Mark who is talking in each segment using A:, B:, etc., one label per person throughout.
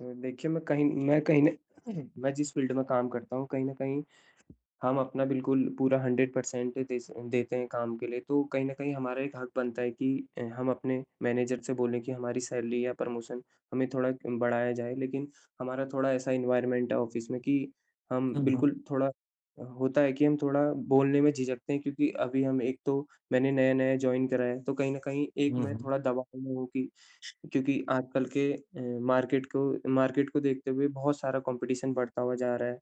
A: देखिए, मैं कहीं न मैं जिस फ़ील्ड में काम करता हूँ, कहीं न कहीं हम अपना बिल्कुल पूरा 100% दे स देते हैं काम के लिए। तो कहीं न कहीं हमारा एक हक बनता है कि हम अपने मैनेजर से बोलें कि हमारी सैलरी या प्रमोशन हमें थोड़ा बढ़ाया जाए। लेकिन हमारा थोड़ा ऐसा एनवायरनमेंट है ऑफ़िस में कि हम
B: हुँ, हुँ।
A: बिल्कुल थोड़ा होता है कि हम थोड़ा बोलने में झिझकते हैं, क्योंकि अभी हम एक तो मैंने नया-नया जॉइन करा है। तो कहीं न कहीं एक
B: हुँ,
A: मैं
B: हुँ।
A: थोड़ा दबाव में हूँ कि, क्योंकि आजकल के मार्केट को देखते हुए बहुत सारा कॉम्पिटिशन बढ़ता हुआ जा रहा है।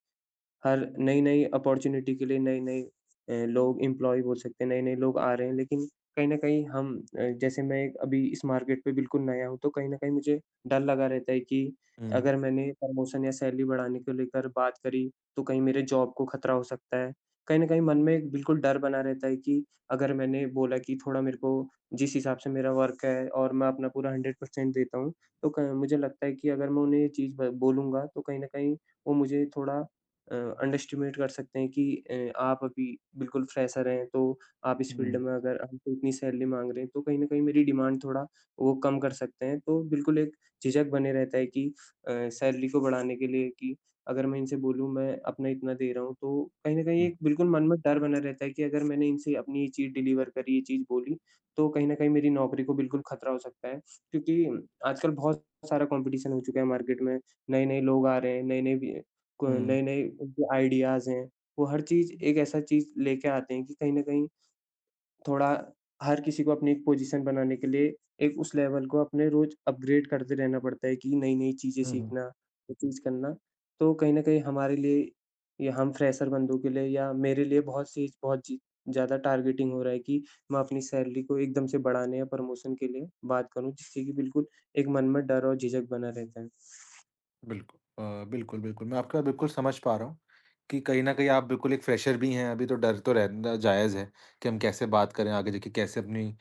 A: हर नई-नई अपॉर्च्युनिटी के लिए नए-नए लोग, एम्प्लॉयी बोल सकते हैं, नए-नए लोग आ रहे हैं। लेकिन कहीं न कहीं हम जैसे मैं एक अभी इस मार्केट पे बिल्कुल नया हूँ, तो कहीं न कहीं मुझे डर लगा रहता है कि
B: हुँ,
A: अगर मैंने प्रमोशन या सैलरी बढ़ाने को लेकर बात करी, तो कहीं मेरे जॉब को खतरा हो सकता है। कहीं न कहीं मन में एक बिल्कुल डर बना रहता है कि अगर मैंने बोला कि थोड़ा मेरे को जिस हिसाब से मेरा वर्क है और मैं अपना पूरा 100% देता हूँ, तो क मुझे लगता है कि अगर मैं उन्हें ये चीज़ ब बोलूँगा, तो कहीं न कहीं वो मुझे थोड़ा अंडरएस्टिमेट कर सकते हैं कि आप अभी बिल्कुल फ्रेशर हैं, तो आप इस
B: हुँ,
A: फ़ील्ड में अगर हमसे इतनी सैलरी माँग रहे हैं, तो कहीं न कहीं मेरी डिमांड थोड़ा वो कम कर सकते हैं। तो बिल्कुल एक झिझक बने रहता है कि अ, सैलरी को बढ़ाने के लिए कि अगर मैं इनसे बोलूँ, मैं अपना इतना दे रहा हूँ, तो कहीं न कहीं
B: हुँ,
A: एक बिल्कुल मन में डर बना रहता है कि अगर मैंने इनसे अपनी ये चीज़ डिलीवर करी, ये चीज़ बोली, तो कहीं न कहीं मेरी नौकरी को बिल्कुल खतरा हो सकता है। क्योंकि आजकल बहुत सारा कॉम्पिटिशन हो चुका है मार्केट में, नए-नए लोग आ रहे हैं, नए-नए बि को
B: हुँ,
A: नए-नए जो आइडियाज़ हैं, वो हर चीज़ एक ऐसा चीज़ लेके आते हैं कि कहीं न कहीं थोड़ा हर किसी को अपनी एक पोजीशन बनाने के लिए एक उस लेवल को अपने रोज़ अपग्रेड करते रहना पड़ता है कि नई-नई चीज़ें
B: हुँ, हुँ।
A: सीखना, वो चीज़ करना। तो कहीं न कहीं हमारे लिए या हम फ्रेशर बंदों के लिए या मेरे लिए बहुत ज़्यादा टारगेटिंग हो रहा है कि मैं अपनी सैलरी को एकदम से बढ़ाने या प्रमोशन के लिए बात करूँ, जिससे कि बिल्कुल एक मन में डर और झिझक बना रहता है।
B: बिल्कुल, बिल्कुल, बिल्कुल, मैं आपका बिल्कुल समझ पा रहा हूँ कि कहीं न कहीं आप बिल्कुल एक फ्रेशर भी हैं, अभी तो डर तो रहना जायज़ है कि हम कैसे बात करें आगे जाके, कैसे अपनी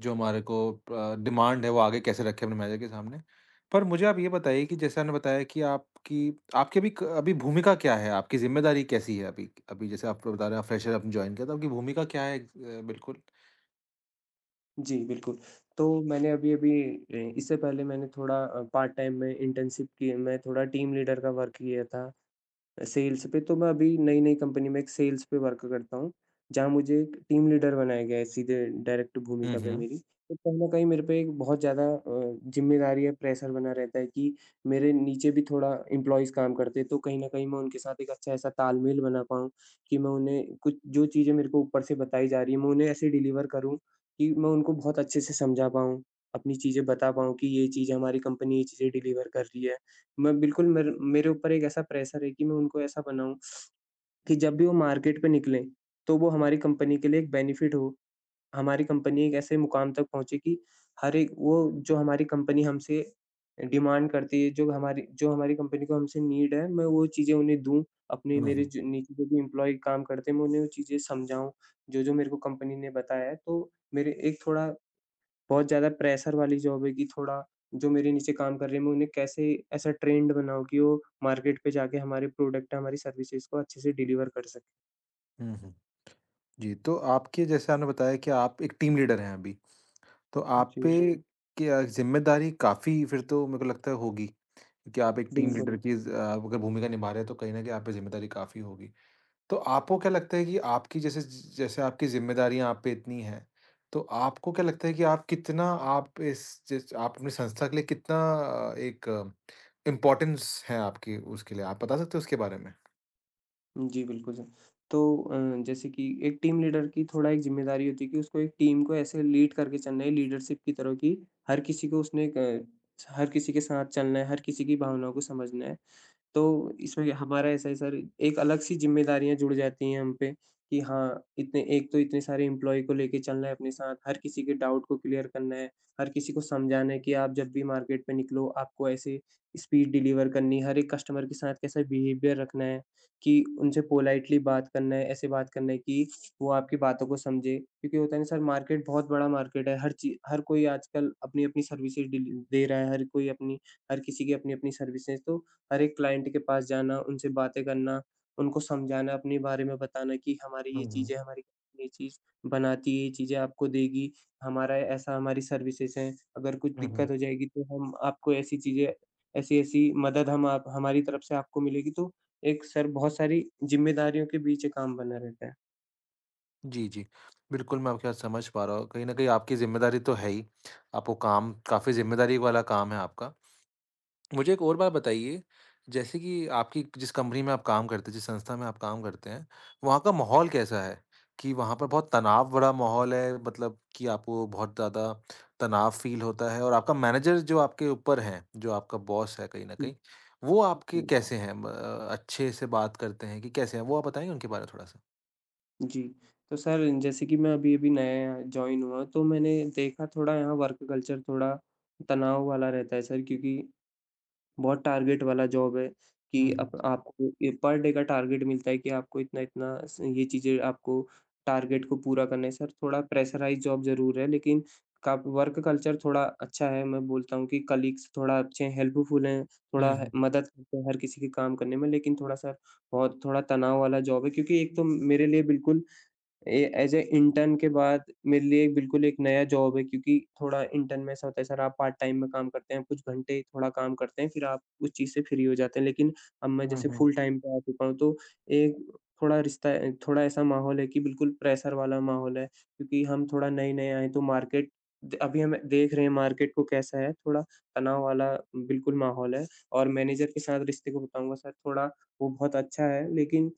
B: जो हमारे को डिमांड है, वो आगे कैसे रखें अपने मैनेजर के सामने। पर मुझे आप ये बताइए कि जैसे आपने बताया कि आपकी आपकी अभी भूमिका क्या है? आपकी ज़िम्मेदारी कैसी है अभी? अभी जैसे आप बता रहे हैं, आप फ्रेशर आपने जॉइन किया, तो आपकी भूमिका क्या है बिल्कुल?
A: जी, बिल्कुल। तो मैंने अभी-अभी ए इससे पहले मैंने थोड़ा पार्ट टाइम में इंटर्नशिप की, मैं थोड़ा टीम लीडर का वर्क किया था। सेल्स पे, तो मैं अभी नई-नई कंपनी में एक सेल्स पे वर्क करता हूँ, जहाँ मुझे एक टीम लीडर बनाया गया है सीधे डायरेक्ट
B: हुँ,
A: भूमिका पे
B: हुँ।
A: मेरी। तो कहीं न कहीं मेरे पे एक बहुत ज़्यादा ज़िम्मेदारी या प्रेशर बना रहता है कि मेरे नीचे भी थोड़ा एम्प्लॉइज़ काम करते हैं, तो कहीं न कहीं मैं उनके साथ एक अच्छा ऐसा तालमेल बना पाऊँ कि मैं उन्हें कुछ जो चीज़ें मेरे को ऊपर से बताई जा रही हैं, मैं उन्हें ऐसे डिलीवर करूँ कि मैं उनको बहुत अच्छे से समझा पाऊँ, अपनी चीज़ें बता पाऊँ कि ये चीज़ हमारी कंपनी ये चीज़ें डिलीवर कर रही है। मैं बिल्कुल मेर मेरे ऊपर एक ऐसा प्रेशर है कि मैं उनको ऐसा बनाऊँ कि जब भी वो मार्केट पे निकलें, तो वो हमारी कंपनी के लिए एक बेनिफिट हो। हमारी कंपनी एक ऐसे मुकाम तक पहुँचे कि हर एक वो जो हमारी कंपनी हमसे डिमांड करती है, जो हमारी कंपनी को हमसे नीड है, मैं वो चीज़ें उन्हें दूँ। अपने
B: हुँ,
A: मेरे
B: हुँ।
A: जो नीचे जो भी एम्प्लॉयी काम करते हैं, मैं उन्हें वो चीज़ें समझाऊँ, जो-जो मेरे को कंपनी ने बताया है। तो मेरे एक थोड़ा बहुत ज़्यादा प्रेशर वाली जॉब है कि थोड़ा जो मेरे नीचे काम कर रहे हैं, मैं उन्हें कैसे ऐसा ट्रेंड बनाऊँ कि वो मार्केट पे जाके हमारे प्रोडक्ट, हमारी सर्विसेज को अच्छे से डिलीवर कर सकें।
B: हुँ, हुँ। जी, तो आपके जैसे आपने बताया कि आप एक टीम लीडर हैं अभी, तो आप
A: जी,
B: पे जी। क्या ज़िम्मेदारी काफ़ी फिर तो मेरे को लगता है होगी, क्योंकि आप एक टीम
A: बिल्कुल।
B: लीडर की अगर भूमिका निभा रहे हैं तो कहीं न कहीं आप पे ज़िम्मेदारी काफ़ी होगी। तो आपको क्या लगता है कि आपकी जैसे आपकी ज़िम्मेदारियाँ आप पे इतनी हैं, तो आपको क्या लगता है कि आप कितना आप इस जिस आप अपनी संस्था के लिए कितना एक इम्पोर्टेंस है आपकी उसके लिए, आप बता सकते हो उसके बारे में?
A: जी, बिल्कुल सर। तो जैसे कि एक टीम लीडर की थोड़ा एक ज़िम्मेदारी होती है कि उसको एक टीम को ऐसे लीड करके चलना है लीडरशिप की तरह कि हर किसी को उसने एक अ, हर किसी के साथ चलना है, हर किसी की भावनाओं को समझना है। तो इसमें हमारा ऐसा है सर, एक अलग सी ज़िम्मेदारियाँ जुड़ जाती हैं हम पे कि हाँ, इतने एक तो इतने सारे एम्प्लॉयी को लेके चलना है अपने साथ, हर किसी के डाउट को क्लियर करना है, हर किसी को समझाना है कि आप जब भी मार्केट में निकलो, आपको ऐसे स्पीड डिलीवर करनी है, हर एक कस्टमर के साथ कैसा बिहेवियर रखना है, कि उनसे पोलाइटली बात करना है, ऐसे बात करना है कि वो आपकी बातों को समझे। क्योंकि होता है ना सर, मार्केट बहुत बड़ा मार्केट है, हर कोई आजकल अपनी-अपनी सर्विसेज़ डिल दे रहा है, हर किसी की अपनी-अपनी सर्विसेज़, तो हर एक क्लाइंट के पास जाना, उनसे बातें करना, उनको समझाना, अपने बारे में बताना कि हमारी ये
B: हुँ, हुँ।
A: चीज़ है, हमारी ये चीज़ बनाती है, ये चीज़ें आपको देगी, हमारा ऐसा हमारी सर्विसेज़ हैं, अगर कुछ
B: हुँ, हुँ।
A: दिक्कत हो जाएगी तो हम आपको ऐसी चीज़ें ऐसी-ऐसी मदद हम आप हमारी तरफ से आपको मिलेगी, तो एक सर बहुत सारी ज़िम्मेदारियों के बीच ये काम बना रहता है।
B: जी, जी। बिल्कुल, मैं आपकी बात समझ पा रहा हूँ। कहीं न कहीं आपकी ज़िम्मेदारी तो है ही, आपको काम काफ़ी ज़िम्मेदारी वाला काम है आपका। मुझे एक और बात बताइए, जैसे कि आपकी जिस कंपनी में आप काम करते हैं, जिस संस्था में आप काम करते हैं, वहाँ का माहौल कैसा है? कि वहाँ पर बहुत तनाव भरा माहौल है मतलब कि आपको बहुत ज़्यादा तनाव फ़ील होता है? और आपका मैनेजर जो आपके ऊपर हैं, जो आपका बॉस है कहीं न
A: हुँ,
B: कहीं, वो आपके
A: हुँ,
B: कैसे हैं? म अच्छे से बात करते हैं कि कैसे हैं? वो आप बताएँगे उनके बारे में थोड़ा-सा?
A: जी, तो सर जैसे कि मैं अभी-अभी नया यहाँ जॉइन हुआ, तो मैंने देखा थोड़ा यहाँ वर्क कल्चर थोड़ा तनाव वाला रहता है सर, क्योंकि बहुत टारगेट वाला जॉब है
B: हुँ,
A: कि
B: हुँ।
A: अप आपको ए पर डे का टारगेट मिलता है कि आपको इतना-इतना स ये चीज़ें आपको टारगेट को पूरा करना है। सर थोड़ा प्रेशराइज़ जॉब ज़रूर है, लेकिन का वर्क कल्चर थोड़ा अच्छा है। मैं बोलता हूँ कि कलीग्स थोड़ा अच्छे हैं, हेल्पफुल हैं, थोड़ा
B: हुँ,
A: ह
B: हुँ।
A: मदद करते हैं हर किसी के काम करने में, लेकिन थोड़ा-सा बहुत थोड़ा तनाव वाला जॉब है, क्योंकि एक तो मेरे लिए बिल्कुल as a as a intern के बाद मेरे लिए बिल्कुल एक नया जॉब है। क्योंकि थोड़ा इंटर्न में ऐसा होता है सर, आप पार्ट टाइम में काम करते हैं, कुछ घंटे थोड़ा काम करते हैं, फिर आप उस चीज़ से फ्री हो जाते हैं। लेकिन अब मैं
B: हुँ,
A: जैसे
B: हुँ।
A: फुल टाइम पे आ चुका हूँ तो एक थोड़ा रिश्ता अ, थोड़ा ऐसा माहौल है कि बिल्कुल प्रेशर वाला माहौल है, क्योंकि हम थोड़ा नए-नए आए हैं, तो मार्केट द अभी हम देख रहे हैं मार्केट को कैसा है, थोड़ा तनाव वाला बिल्कुल माहौल है। और मैनेजर के साथ रिश्ते को बताऊँगा सर, थोड़ा वो बहुत अच्छा है, लेकिन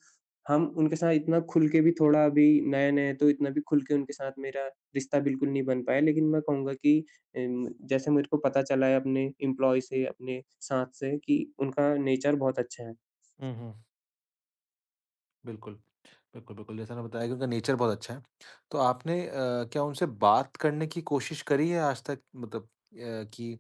A: हम उनके साथ इतना खुल के भी थोड़ा अभी नए-नए हैं, तो इतना भी खुल के उनके साथ मेरा रिश्ता बिल्कुल नहीं बन पाया। लेकिन मैं कहूँगा कि जैसे मेरे को पता चला है अपने एम्प्लॉयी से, अपने साथ से, कि उनका नेचर बहुत अच्छा है।
B: हुँ, हुँ। बिल्कुल, बिल्कुल, बिल्कुल। जैसा आपने बताया कि उनका नेचर बहुत अच्छा है। तो आपने क्या उनसे बात करने की कोशिश करी है आज तक? मतलब कि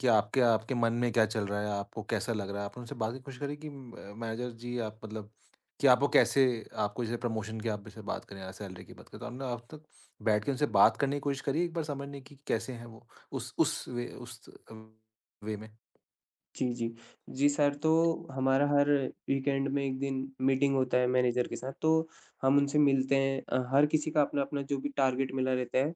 B: कि आपके आपके मन में क्या चल रहा है, आपको कैसा लग रहा है? आपने उनसे बात की कोशिश करी कि म मैनेजर जी आप मतलब कि आपको कैसे आपको जैसे प्रमोशन की आप जैसे बात करें या सैलरी की बात करें, तो आपने अब तक बैठ के उनसे बात करने की कोशिश करी है एक बार समझने की कि कैसे हैं वो? उस वे उस अ, वे में?
A: जी, जी। जी सर, तो हमारा हर वीकेंड में 1 दिन मीटिंग होता है मैनेजर के साथ, तो हम उनसे मिलते हैं। हर किसी का अपना-अपना जो भी टारगेट मिला रहता है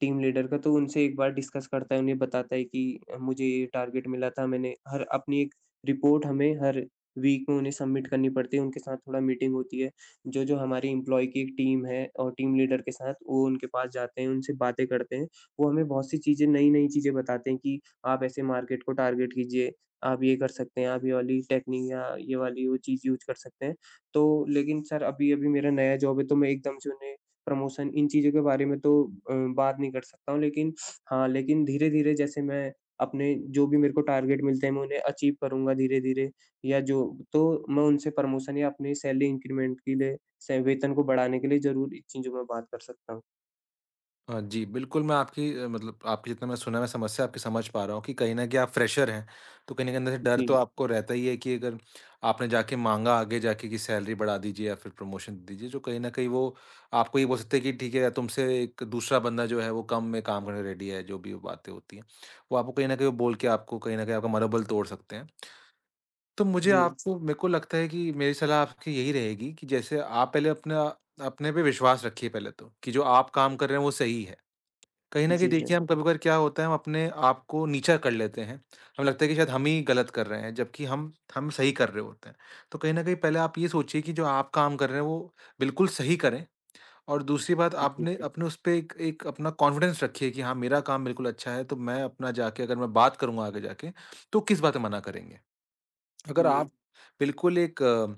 A: टीम लीडर का, तो उनसे एक बार डिस्कस करता है, उन्हें बताता है कि मुझे ये टारगेट मिला था, मैंने हर अपनी एक रिपोर्ट हमें हर वीक में उन्हें सबमिट करनी पड़ती है, उनके साथ थोड़ा मीटिंग होती है। जो-जो हमारी एम्प्लॉयी की एक टीम है और टीम लीडर के साथ, वो उनके पास जाते हैं, उनसे बातें करते हैं। वो हमें बहुत सी चीज़ें, नई-नई चीज़ें बताते हैं कि आप ऐसे मार्केट को टारगेट कीजिए, आप ये कर सकते हैं, आप ये वाली टेक्नीक या ये वाली वो चीज़ यूज़ कर सकते हैं। तो लेकिन सर अभी-अभी मेरा नया जॉब है, तो मैं एकदम से उन्हें प्रमोशन इन चीज़ों के बारे में तो बात नहीं कर सकता हूँ, लेकिन हाँ, लेकिन धीरे-धीरे जैसे मैं अपने जो भी मेरे को टारगेट मिलते हैं मैं उन्हें अचीव करूँगा धीरे-धीरे, या जो तो मैं उनसे प्रमोशन या अपनी सैलरी इंक्रीमेंट के लिए से वेतन को बढ़ाने के लिए ज़रूर इन चीज़ों में बात कर सकता हूँ।
B: जी, बिल्कुल मैं आपकी मतलब आपकी जितना मैं सुना, मैं समस्या आपकी समझ पा रहा हूँ कि कहीं न कहीं आप फ्रेशर हैं, तो कहीं न कहीं अंदर से डर तो
A: जी,
B: आपको रहता ही है कि अगर आपने जाके माँगा आगे जाके कि सैलरी बढ़ा दीजिए या फिर प्रमोशन दे दीजिए, जो कहीं न कहीं वो आपको ये बोल सकते हैं कि ठीक है, तुमसे एक दूसरा बंदा जो है वो कम में काम करने रेडी है, जो भी वो बातें होती हैं। वो आपको कहीं न कहीं वो बोल के आपको कहीं न कहीं आपका मनोबल तोड़ सकते हैं। तो मुझे
A: जी,
B: आपको मेरे को लगता है कि मेरी सलाह आपकी यही रहेगी कि जैसे आप पहले अपना अपने पे विश्वास रखिए पहले तो, कि जो आप काम कर रहे हैं वो सही है। कहीं न कहीं
A: जी
B: देखिए
A: सर।
B: हम कभी-कभार क्या होता है हम अपने आप को नीचा कर लेते हैं। हमें लगता है कि शायद हम ही गलत कर रहे हैं जबकि हम सही कर रहे होते हैं। तो कहीं न कहीं पहले आप ये सोचिए कि जो आप काम कर रहे हैं वो बिल्कुल सही करें और दूसरी बात
A: जी,
B: आपने बिल्कुल। अपने उस पे एक एक अपना कॉन्फिडेंस रखिए कि हाँ, मेरा काम बिल्कुल अच्छा है तो मैं अपना जाके अगर मैं बात करूँगा आगे जाके तो किस बात में मना करेंगे। अगर
A: जी,
B: आप बिल्कुल एक अ,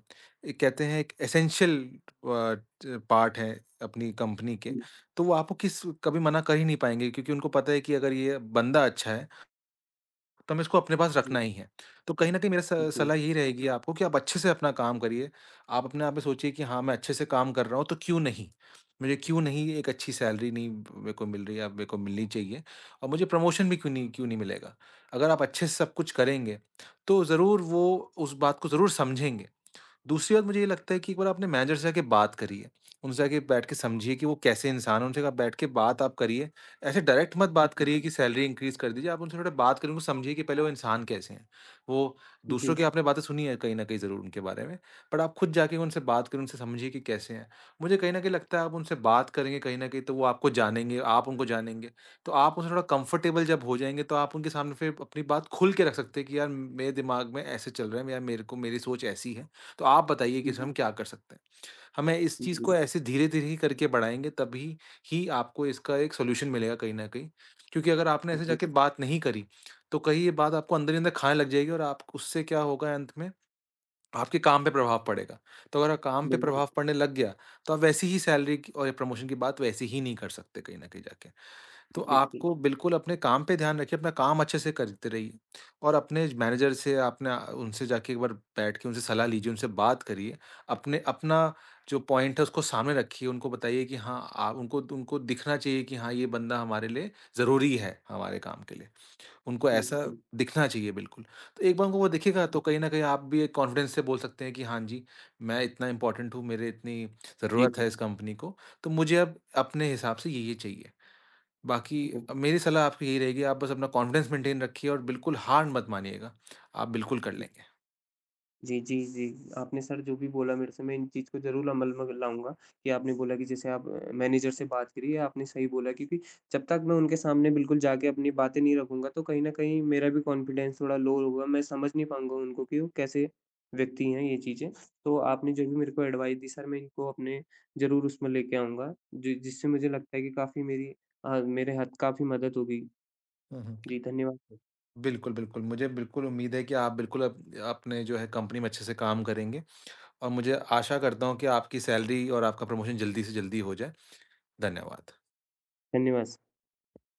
B: एक कहते हैं एक एसेंशियल अ, ट पार्ट हैं अपनी कंपनी के,
A: जी,
B: तो वो आपको किस कभी मना कर ही नहीं पाएँगे क्योंकि उनको पता है कि अगर ये बंदा अच्छा है, तो हमें इसको अपने पास रखना
A: जी,
B: ही है। तो कहीं न कहीं मेरा स
A: जी,
B: सलाह यही रहेगी आपको कि आप अच्छे से अपना काम करिए। आप अपने आप में सोचिए कि हाँ, मैं अच्छे से काम कर रहा हूँ, तो क्यों नहीं? मुझे क्यों नहीं एक अच्छी सैलरी नहीं मेरे को मिल रही है, अब मेरे को मिलनी चाहिए और मुझे प्रमोशन भी क्यों नहीं मिलेगा? अगर आप अच्छे से सब कुछ करेंगे, तो ज़रूर वो उस बात को ज़रूर समझेंगे। दूसरी बात मुझे ये लगता है कि एक बार आपने मैनेजर से जाके बात करिए, उनसे जाके बैठ के समझिए कि वो कैसे इंसान हैं, उनसे आप बैठ के बात आप करिए। ऐसे डायरेक्ट मत बात
A: जी,
B: करिए कि सैलरी इंक्रीज़ कर दीजिए, आप उनसे थोड़ा बात करिए, उनको समझिए कि पहले वो इंसान कैसे हैं। वो दूसरों
A: जी,
B: की आपने बातें सुनी है कहीं न कहीं ज़रूर उनके बारे में, बट आप खुद जाके उनसे बात करें, उनसे समझिए कि कैसे हैं। मुझे कहीं न कहीं लगता है आप उनसे बात करेंगे कहीं न कहीं तो वो आपको जानेंगे, आप उनको जानेंगे। तो आप उनसे थोड़ा कंफ़र्टेबल जब हो जाएँगे तो आप उनके सामने फिर अपनी बात खुल के रख सकते हैं कि यार मेरे दिमाग में ऐसे चल रहा है या मेरे को मेरी सोच ऐसी है। तो आप बताइए कि हम क्या कर सकते हैं? हमें इस
A: जी,
B: चीज़
A: जी, जी,
B: को ऐसे धीरे-धीरे ही करके बढ़ाएँगे तभी ही आपको इसका एक सॉल्यूशन मिलेगा कहीं न कहीं। क्योंकि अगर आपने ऐसे जाके बात नहीं करी, तो कहीं ये बात आपको अंदर ही अंदर खाने लग जाएगी और आप उससे क्या होगा अंत में, आपके काम पे प्रभाव पड़ेगा। तो अगर काम पे
A: बिल्कुल,
B: प्रभाव पड़ने लग गया, तो आप वैसी ही सैलरी की और या प्रमोशन की बात वैसे ही नहीं कर सकते कहीं न कहीं जाके।
A: जी,
B: तो
A: बिल्कुल।
B: आपको बिल्कुल अपने काम पे ध्यान रखिए, अपना काम अच्छे से करते रहिए और अपने मैनेजर से आपने उनसे जाके एक बार बैठ के उनसे सलाह लीजिए, उनसे बात करिए। अपने अपना जो पॉइंट है उसको सामने रखिए, उनको बताइए कि हाँ आ उनको उनको दिखना चाहिए कि हाँ, ये बंदा हमारे लिए ज़रूरी है, हमारे काम के लिए। उनको
A: जी,
B: ऐसा
A: जी,
B: दिखना चाहिए बिल्कुल। तो एक बार उनको वो दिखेगा तो कहीं न कहीं आप भी एक कॉन्फिडेंस से बोल सकते हैं कि हाँ जी, मैं इतना इम्पोर्टेंट हूँ, मेरे इतनी
A: जी,
B: ज़रूरत है इस कंपनी को, तो मुझे अब अपने हिसाब से ये चाहिए। बाकी
A: जी, जी।
B: मेरी सलाह आपको यही रहेगी आप बस अपना कॉन्फिडेंस मेंटेन रखिए और बिल्कुल हार मत मानिएगा, आप बिल्कुल कर लेंगे।
A: जी, जी, जी। आपने सर जो भी बोला मेरे से, मैं इन चीज़ को ज़रूर अमल में लाऊँगा कि आपने बोला कि जैसे आप मैनेजर से बात करिए, आपने सही बोला, क्योंकि जब तक मैं उनके सामने बिल्कुल जाके अपनी बातें नहीं रखूँगा, तो कहीं न कहीं मेरा भी कॉन्फिडेंस थोड़ा लो होगा, मैं समझ नहीं पाऊँगा उनको कि वो कैसे व्यक्ति हैं ये चीज़ें। तो आपने जो भी मेरे को एडवाइस दी सर, मैं इनको अपने ज़रूर उसमें लेके आऊँगा, जि जिससे मुझे लगता है कि काफ़ी मेरी मेरे हद काफ़ी मदद होगी।
B: हुँ, हुँ।
A: जी, धन्यवाद सर।
B: बिल्कुल, बिल्कुल, मुझे बिल्कुल उम्मीद है कि आप बिल्कुल अप अपने जो है कंपनी में अच्छे से काम करेंगे और मुझे आशा करता हूँ कि आपकी सैलरी और आपका प्रमोशन जल्दी से जल्दी हो जाए। धन्यवाद।
A: धन्यवाद सर।